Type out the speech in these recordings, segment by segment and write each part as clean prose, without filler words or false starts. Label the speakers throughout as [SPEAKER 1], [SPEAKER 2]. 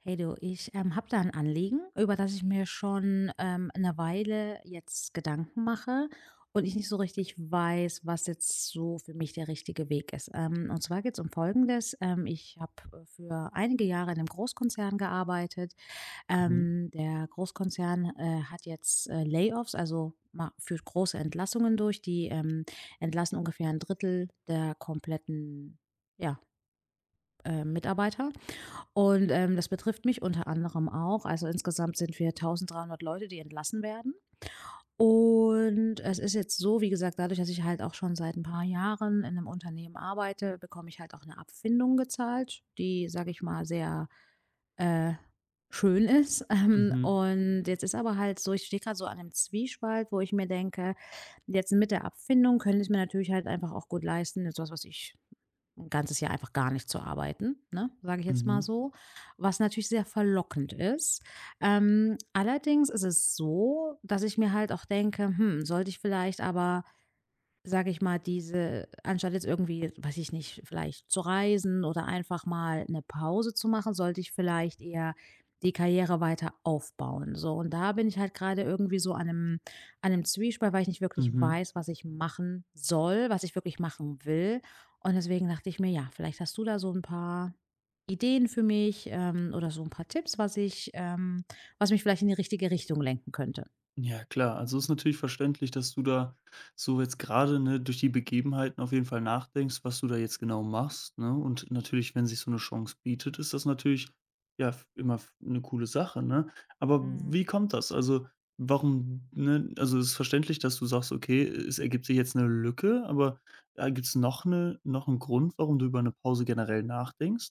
[SPEAKER 1] Hey du, ich habe da ein Anliegen, über das ich mir schon eine Weile jetzt Gedanken mache und ich nicht so richtig weiß, was jetzt so für mich der richtige Weg ist. Und zwar geht es um Folgendes. Ich habe für einige Jahre in einem Großkonzern gearbeitet.
[SPEAKER 2] Mhm,
[SPEAKER 1] Der Großkonzern hat jetzt Layoffs, also führt große Entlassungen durch. Die entlassen ungefähr ein Drittel der kompletten, ja, Mitarbeiter. Und das betrifft mich unter anderem auch. Also, insgesamt sind wir 1.300 Leute, die entlassen werden. Und es ist jetzt so, wie gesagt, dadurch, dass ich halt auch schon seit ein paar Jahren in einem Unternehmen arbeite, bekomme ich halt auch eine Abfindung gezahlt, die, sage ich mal, sehr, äh, schön ist.
[SPEAKER 2] mhm,
[SPEAKER 1] Und jetzt ist aber halt so, ich stehe gerade so an einem Zwiespalt, wo ich mir denke: „Jetzt mit der Abfindung könnte ich's mir natürlich halt einfach auch gut leisten, jetzt was ich 'n ganzes Jahr einfach gar nicht zu arbeiten, ne, sage ich jetzt mal
[SPEAKER 2] mhm,
[SPEAKER 1] so, was natürlich sehr verlockend ist. Allerdings ist es so, dass ich mir halt auch denke: „Hm, sollte ich vielleicht aber, sage ich mal, diese, anstatt jetzt irgendwie, weiß ich nicht, vielleicht zu reisen oder einfach mal eine Pause zu machen, sollte ich vielleicht eher die Karriere weiter aufbauen, so. Und da bin ich halt gerade irgendwie so an einem Zwiespalt, weil ich nicht wirklich
[SPEAKER 2] mhm.
[SPEAKER 1] weiß, was ich machen soll, was ich wirklich machen will. Und deswegen dachte ich mir: „Ja, vielleicht hast du da so ein paar Ideen für mich, oder so ein paar Tipps, was mich vielleicht in die richtige Richtung lenken könnte.“
[SPEAKER 2] Ja klar, also ist natürlich verständlich, dass du da so jetzt gerade ne, durch die Begebenheiten auf jeden Fall nachdenkst, was du da jetzt genau machst, ne? Und natürlich, wenn sich so eine Chance bietet, ist das natürlich, ja, f immer f 'ne coole Sache, ne? Aber wie
[SPEAKER 1] Mhm.
[SPEAKER 2] kommt das? Also, warum, ne also, es ist verständlich, dass du sagst: „Okay, es ergibt sich jetzt eine Lücke“, aber, gibt es noch eine, noch einen Grund, warum du über eine Pause generell nachdenkst?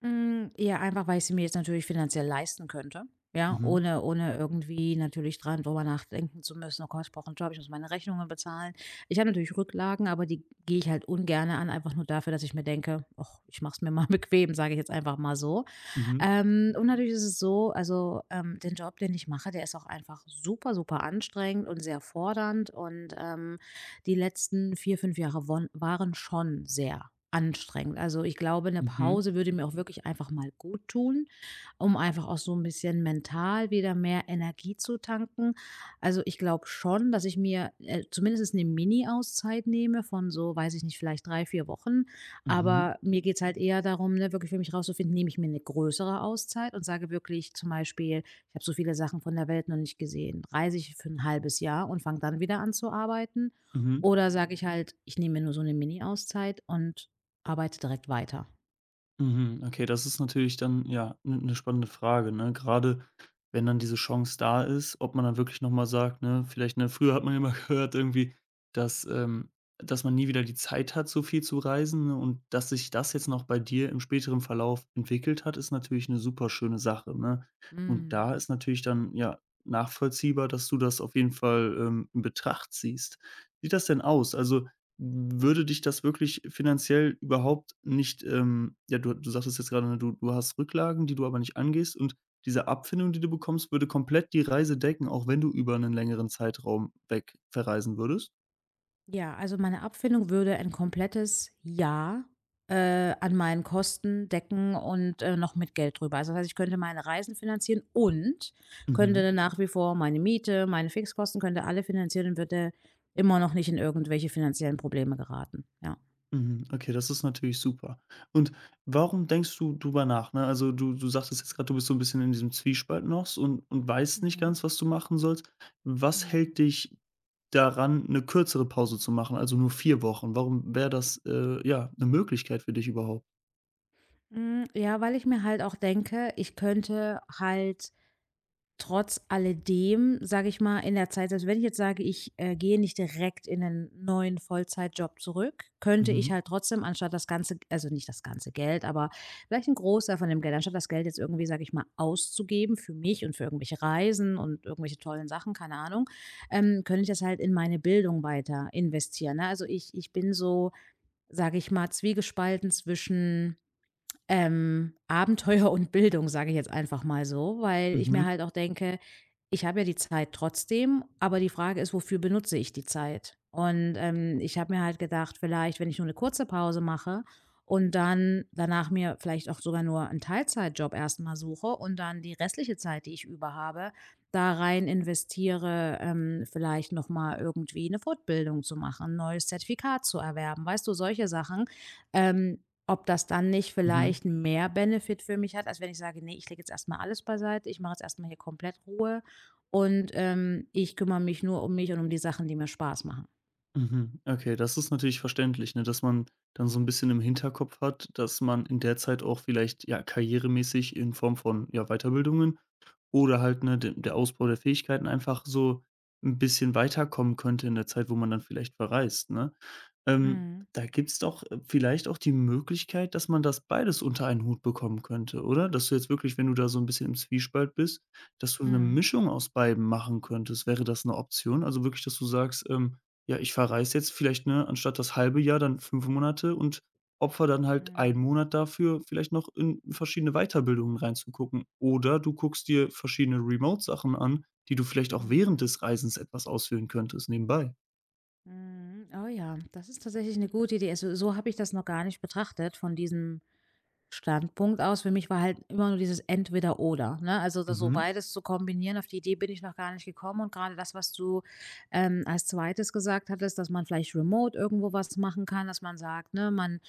[SPEAKER 1] Hm, ja, einfach, weil ich sie mir jetzt natürlich finanziell leisten könnte. Ja,
[SPEAKER 2] Mhm,
[SPEAKER 1] ohne irgendwie natürlich dran drüber nachdenken zu müssen: „Oh Gott, ich brauche 'n Job, ich muss meine Rechnungen bezahlen.“ Ich habe natürlich Rücklagen, aber die gehe ich halt ungerne an, einfach nur dafür, dass ich mir denke: „Och, ich mache es mir mal bequem“, sage ich jetzt einfach mal so.
[SPEAKER 2] mhm,
[SPEAKER 1] Und natürlich ist es so, also, den Job, den ich mache, der ist auch einfach super, super anstrengend und sehr fordernd und die letzten 4 5 Jahre won waren schon sehr anstrengend. Also, ich glaube, eine
[SPEAKER 2] mhm,
[SPEAKER 1] Pause würde mir auch wirklich einfach mal gut tun, um einfach auch so ein bisschen mental wieder mehr Energie zu tanken. Also, ich glaube schon, dass ich mir, zumindest eine Mini-Auszeit nehme von so, weiß ich nicht, vielleicht 3 4 Wochen,
[SPEAKER 2] mhm,
[SPEAKER 1] aber mir geht's halt eher darum, ne, wirklich für mich rauszufinden, nehme ich mir eine größere Auszeit und sage wirklich zum Beispiel: „Ich habe so viele Sachen von der Welt noch nicht gesehen.“ Reise ich für ein halbes Jahr und fange dann wieder an zu arbeiten?
[SPEAKER 2] mhm.
[SPEAKER 1] Oder sage ich halt: „Ich nehme mir nur so eine Mini-Auszeit und arbeite direkt weiter.“
[SPEAKER 2] Mhm, okay, das ist natürlich dann, ja, eine spannende Frage, ne? Gerade wenn dann diese Chance da ist, ob man dann wirklich noch mal sagt, ne, vielleicht, ne früher hat man ja immer gehört irgendwie, dass, ähm dass man nie wieder die Zeit hat, so viel zu reisen, ne, und dass sich das jetzt noch bei dir im späteren Verlauf entwickelt hat, ist natürlich eine super schöne Sache, ne? Und
[SPEAKER 1] Mhm.
[SPEAKER 2] da ist natürlich dann, ja, nachvollziehbar, dass du das auf jeden Fall, in Betracht ziehst. Wie sieht das denn aus? Also würde dich das wirklich finanziell überhaupt nicht, ja, du sagtest jetzt gerade, ne, du hast Rücklagen, die du aber nicht angehst, und diese Abfindung, die du bekommst, würde komplett die Reise decken, auch wenn du über einen längeren Zeitraum weg verreisen würdest?
[SPEAKER 1] Ja, also meine Abfindung würde ein komplettes Jahr, an meinen Kosten decken und, noch mit Geld drüber. Also, das heißt, ich könnte meine Reisen finanzieren und
[SPEAKER 2] Mhm.
[SPEAKER 1] könnte nach wie vor meine Miete, meine Fixkosten könnte alle finanzieren und würde immer noch nicht in irgendwelche finanziellen Probleme geraten, ja.
[SPEAKER 2] Mhm, okay, das ist natürlich super. Und warum denkst du drüber nach, ne? Also, du sagtest jetzt gerade, du bist so ein bisschen in diesem Zwiespalt noch und weißt nicht
[SPEAKER 1] Mhm,
[SPEAKER 2] ganz, was du machen sollst. Was
[SPEAKER 1] mhm.
[SPEAKER 2] hält dich daran, eine kürzere Pause zu machen, also nur 4 Wochen? Warum wäre das, ja, eine Möglichkeit für dich überhaupt?
[SPEAKER 1] Hm, ja, weil ich mir halt auch denke, ich könnte halt trotz alledem, sage ich mal, in der Zeit, selbst wenn ich jetzt sage, ich, gehe nicht direkt in einen neuen Vollzeitjob zurück, könnte ich
[SPEAKER 2] Mhm,
[SPEAKER 1] halt trotzdem, anstatt das ganze, also nicht das ganze Geld, aber vielleicht ein Großteil von dem Geld anstatt das Geld jetzt irgendwie, sage ich mal, auszugeben für mich und für irgendwelche Reisen und irgendwelche tollen Sachen, keine Ahnung, könnte ich das halt in meine Bildung weiter investieren, ne? Also, ich bin so, sage ich mal, zwiegespalten zwischen, Abenteuer und Bildung, sage ich jetzt einfach mal so, weil ich mir
[SPEAKER 2] mhm,
[SPEAKER 1] halt auch denke, ich habe ja die Zeit trotzdem, aber die Frage ist, wofür benutze ich die Zeit? Und ich habe mir halt gedacht, vielleicht, wenn ich nur eine kurze Pause mache und dann danach mir vielleicht auch sogar nur einen Teilzeitjob erstmal suche und dann die restliche Zeit, die ich über habe, da rein investiere, vielleicht nochmal irgendwie eine Fortbildung zu machen, ein neues Zertifikat zu erwerben, weißt du, solche Sachen, ähm, ob das dann nicht
[SPEAKER 2] mhm,
[SPEAKER 1] vielleicht mehr Benefit für mich hat, als wenn ich sage: nee, ich lege jetzt erst mal alles beiseite. Ich mache jetzt erst mal hier komplett Ruhe und ich kümmere mich nur um mich und um die Sachen, die mir Spaß machen.“
[SPEAKER 2] mhm. Okay, das ist natürlich verständlich, ne, dass man dann so ein bisschen im Hinterkopf hat, dass man in der Zeit auch vielleicht, ja, karrieremäßig in Form von, ja, Weiterbildungen, oder halt, ne, de der Ausbau der Fähigkeiten, einfach so ein bisschen weiterkommen könnte in der Zeit, wo man dann vielleicht verreist, ne? Ähm,
[SPEAKER 1] Mhm.
[SPEAKER 2] Da gibt's doch, vielleicht auch die Möglichkeit, dass man das beides unter einen Hut bekommen könnte, oder? Dass du jetzt wirklich, wenn du da so ein bisschen im Zwiespalt bist, dass du eine
[SPEAKER 1] Mhm.
[SPEAKER 2] Mischung aus beidem machen könntest. Wäre das eine Option? Also wirklich, dass du sagst, „Ja, ich verreise jetzt vielleicht, ne, anstatt das halbe Jahr dann 5 Monate und opfer dann halt einen
[SPEAKER 1] Mhm.
[SPEAKER 2] Monat dafür, vielleicht noch in verschiedene Weiterbildungen reinzugucken. Oder du guckst dir verschiedene Remote-Sachen an, die du vielleicht auch während
[SPEAKER 1] Mhm.
[SPEAKER 2] des Reisens etwas ausführen könntest nebenbei.“
[SPEAKER 1] Mhm. Oh ja, das ist tatsächlich eine gute Idee. Also, so habe ich das noch gar nicht betrachtet von diesem Standpunkt aus. Für mich war halt immer nur dieses Entweder-Oder, ne? Also, das so
[SPEAKER 2] Mhm.
[SPEAKER 1] beides zu kombinieren, auf die Idee bin ich noch gar nicht gekommen. Und gerade das, was du, als zweites gesagt hattest, dass man vielleicht remote irgendwo was machen kann, dass man sagt, ne, man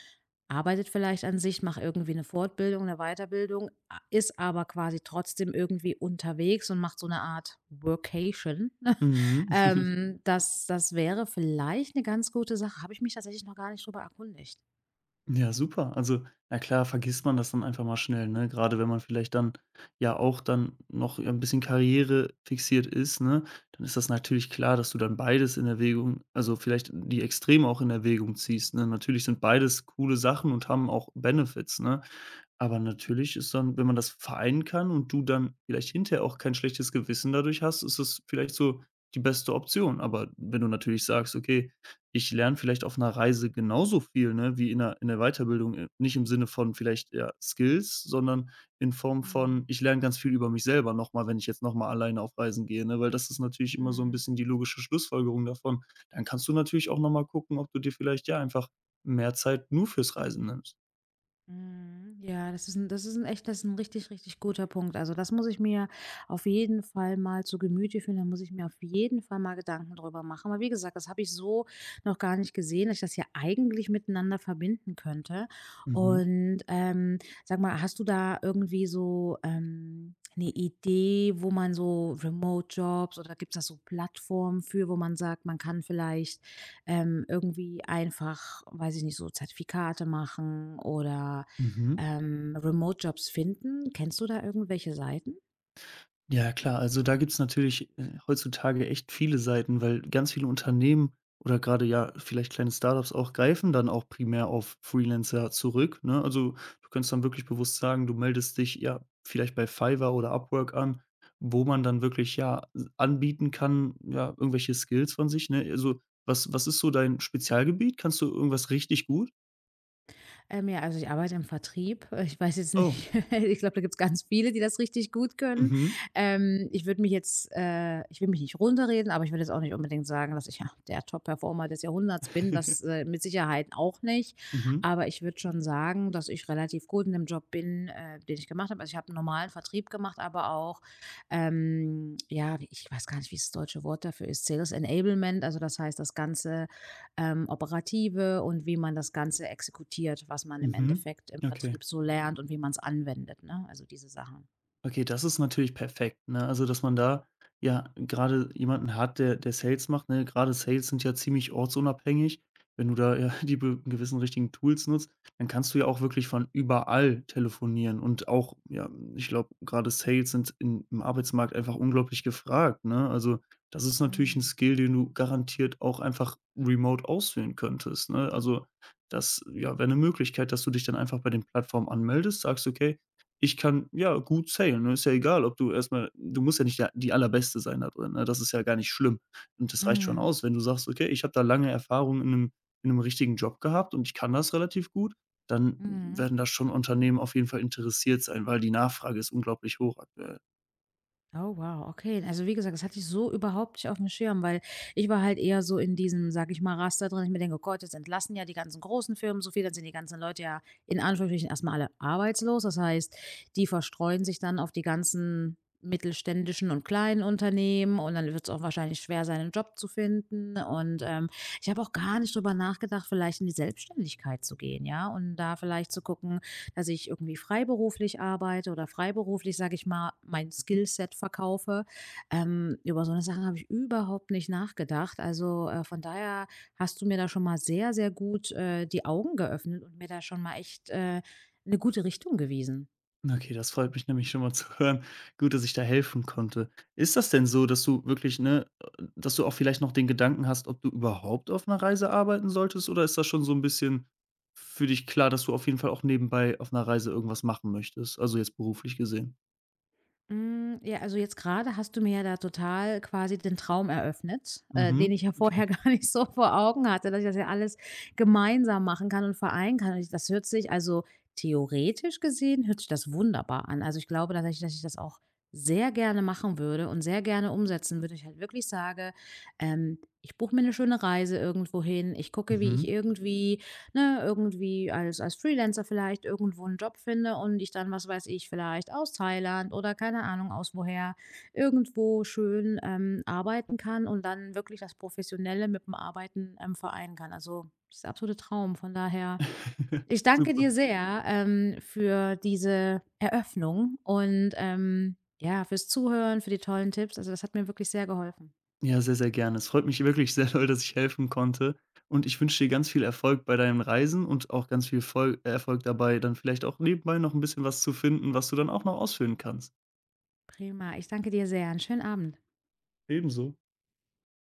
[SPEAKER 1] arbeitet vielleicht an sich, macht irgendwie eine Fortbildung, eine Weiterbildung, a ist aber quasi trotzdem irgendwie unterwegs und macht so eine Art Workation.
[SPEAKER 2] Mhm.
[SPEAKER 1] Das wäre vielleicht eine ganz gute Sache. Habe ich mich tatsächlich noch gar nicht drüber erkundigt.
[SPEAKER 2] Ja, super. Also, na klar, vergisst man das dann einfach mal schnell, ne? Grade wenn man vielleicht dann ja auch dann noch ein bisschen Karriere fixiert ist, ne? Dann ist das natürlich klar, dass du dann beides in Erwägung, also, vielleicht die Extreme auch in Erwägung ziehst, ne? Natürlich sind beides coole Sachen und haben auch Benefits, ne? Aber natürlich ist dann, wenn man das vereinen kann und du dann vielleicht hinterher auch kein schlechtes Gewissen dadurch hast, ist es vielleicht so die beste Option. Aber wenn du natürlich sagst: „Okay, ich lerne vielleicht auf einer Reise genauso viel, ne, wie in der Weiterbildung“, nicht im Sinne von vielleicht, ja, Skills, sondern in Form von:
[SPEAKER 1] Mhm.
[SPEAKER 2] „Ich lerne ganz viel über mich selber nochmal, wenn ich jetzt nochmal alleine auf Reisen gehe“, ne? Weil das ist natürlich immer so ein
[SPEAKER 1] Mhm.
[SPEAKER 2] bisschen die logische Schlussfolgerung davon. Dann kannst du natürlich auch nochmal gucken, ob du dir vielleicht, ja, einfach mehr Zeit nur fürs Reisen nimmst.
[SPEAKER 1] Mhm. Ja, das ist ein richtig, richtig guter Punkt. Also, das muss ich mir auf jeden Fall mal zu Gemüte führen. Da muss ich mir auf jeden Fall mal Gedanken drüber machen. Aber wie gesagt, das habe ich so noch gar nicht gesehen, dass ich das ja eigentlich miteinander verbinden könnte.
[SPEAKER 2] Mhm,
[SPEAKER 1] Und sag mal, hast du da irgendwie so, 'ne Idee, wo man so Remote-Jobs oder gibt es da so Plattformen für, wo man sagt, man kann vielleicht, irgendwie einfach, weiß ich nicht, so Zertifikate machen oder,
[SPEAKER 2] mhm.
[SPEAKER 1] Remote-Jobs finden. Kennst du da irgendwelche Seiten?
[SPEAKER 2] Ja, klar. Also, da gibt's natürlich, heutzutage echt viele Seiten, weil ganz viele Unternehmen oder gerade ja, vielleicht kleine Startups auch greifen dann auch primär auf Freelancer zurück, ne? Also, du kannst dann wirklich bewusst sagen, du meldest dich, ja, vielleicht bei Fiverr oder Upwork an, wo man dann wirklich, ja, s anbieten kann, ja, irgendwelche Skills von sich, ne? Also, was ist so dein Spezialgebiet? Kannst du irgendwas richtig gut?
[SPEAKER 1] Ja, also ich arbeite im Vertrieb. Ich weiß jetzt
[SPEAKER 2] Oh,
[SPEAKER 1] nicht, ich glaube, da gibt's ganz viele, die das richtig gut können.
[SPEAKER 2] mhm.
[SPEAKER 1] Ich würde mich jetzt, ich will mich nicht runterreden, aber ich würde jetzt auch nicht unbedingt sagen, dass ich ja der Top-Performer des Jahrhunderts bin. Das mit Sicherheit auch nicht.
[SPEAKER 2] Mhm,
[SPEAKER 1] Aber ich würde schon sagen, dass ich relativ gut in dem Job bin, den ich gemacht habe. Also ich habe 'n normalen Vertrieb gemacht, aber auch, ja, wie, ich weiß gar nicht, wie das deutsche Wort dafür ist, Sales Enablement. Also das heißt, das Ganze, Operative und wie man das Ganze exekutiert, was man im
[SPEAKER 2] mhm.
[SPEAKER 1] Endeffekt im
[SPEAKER 2] Okay.
[SPEAKER 1] Vertrieb so lernt und wie man es anwendet, ne? Also, diese Sachen.
[SPEAKER 2] Okay, das ist natürlich perfekt, ne? Also, dass man da ja gerade jemanden hat, der Sales macht, ne? Grade Sales sind ja ziemlich ortsunabhängig. Wenn du da ja die be gewissen richtigen Tools nutzt, dann kannst du ja auch wirklich von überall telefonieren und auch, ja, ich glaube, gerade Sales sind in im Arbeitsmarkt einfach unglaublich gefragt, ne? Also, das ist natürlich ein
[SPEAKER 1] Mhm.
[SPEAKER 2] Skill, den du garantiert auch einfach remote ausführen könntest, ne? Also, das, ja, wäre eine Möglichkeit, dass du dich dann einfach bei den Plattformen anmeldest, sagst: „Okay, ich kann, ja, gut sailen, ne? Ist ja egal, ob du erstmal, du musst ja nicht der die Allerbeste sein da drin, ne? Das ist ja gar nicht schlimm. Und das reicht schon
[SPEAKER 1] Mhm.
[SPEAKER 2] aus, wenn du sagst: „Okay, ich habe da lange Erfahrung in 'nem richtigen Job gehabt und ich kann das relativ gut“, dann
[SPEAKER 1] Mhm.
[SPEAKER 2] werden da schon Unternehmen auf jeden Fall interessiert sein, weil die Nachfrage ist unglaublich hoch aktuell.
[SPEAKER 1] Oh wow, okay. Also wie gesagt, das hatte ich so überhaupt nicht auf dem Schirm, weil ich war halt eher so in diesem, sag ich mal, Raster drin. Ich mir denke: „Oh Gott, jetzt entlassen ja die ganzen großen Firmen so viel, dann sind die ganzen Leute ja in Anführungsstrichen erstmal alle arbeitslos.“ Das heißt, die verstreuen sich dann auf die ganzen mittelständischen und kleinen Unternehmen und dann wird es auch wahrscheinlich schwer sein, 'nen Job zu finden. Und ich habe auch gar nicht drüber nachgedacht, vielleicht in die Selbstständigkeit zu gehen, ja, und da vielleicht zu gucken, dass ich irgendwie freiberuflich arbeite oder freiberuflich, sage ich mal, mein Skillset verkaufe. Über so eine Sache habe ich überhaupt nicht nachgedacht. Also von daher hast du mir da schon mal sehr, sehr gut, die Augen geöffnet und mir da schon mal echt, eine gute Richtung gewiesen.
[SPEAKER 2] Okay, das freut mich nämlich schon mal zu hören. Gut, dass ich da helfen konnte. Ist das denn so, dass du wirklich, ne dass du auch vielleicht noch den Gedanken hast, ob du überhaupt auf einer Reise arbeiten solltest, oder ist das schon so ein bisschen für dich klar, dass du auf jeden Fall auch nebenbei auf einer Reise irgendwas machen möchtest, also jetzt beruflich gesehen?
[SPEAKER 1] Hm, ja, also jetzt gerade hast du mir ja da total quasi den Traum eröffnet, den
[SPEAKER 2] Mhm,
[SPEAKER 1] ich ja vorher
[SPEAKER 2] okay.
[SPEAKER 1] gar nicht so vor Augen hatte, dass ich das ja alles gemeinsam machen kann und vereinen kann. Und ich das hört sich also theoretisch gesehen Hört sich das wunderbar an. Also, ich glaube tatsächlich, dass ich das auch sehr gerne machen würde und sehr gerne umsetzen würde. Ich halt wirklich sage, ich buche mir eine schöne Reise irgendwohin. Ich gucke, wie ich
[SPEAKER 2] Mhm.
[SPEAKER 1] irgendwie, als Freelancer vielleicht irgendwo einen Job finde und ich dann, was weiß ich, vielleicht aus Thailand oder keine Ahnung aus woher, irgendwo schön, arbeiten kann und dann wirklich das Professionelle mit dem Arbeiten, vereinen kann. Also, das ist der absolute Traum. Von daher, ich danke dir
[SPEAKER 2] Super.
[SPEAKER 1] sehr, für diese Eröffnung und ja, fürs Zuhören, für die tollen Tipps. Also, das hat mir wirklich sehr geholfen.
[SPEAKER 2] Ja, sehr, sehr gerne. Es freut mich wirklich sehr doll, dass ich helfen konnte und ich wünsche dir ganz viel Erfolg bei deinen Reisen und auch ganz viel Vol Erfolg dabei, dann vielleicht auch nebenbei noch ein bisschen was zu finden, was du dann auch noch ausfüllen kannst.
[SPEAKER 1] Prima. Ich danke dir sehr. Einen schönen Abend.
[SPEAKER 2] Ebenso.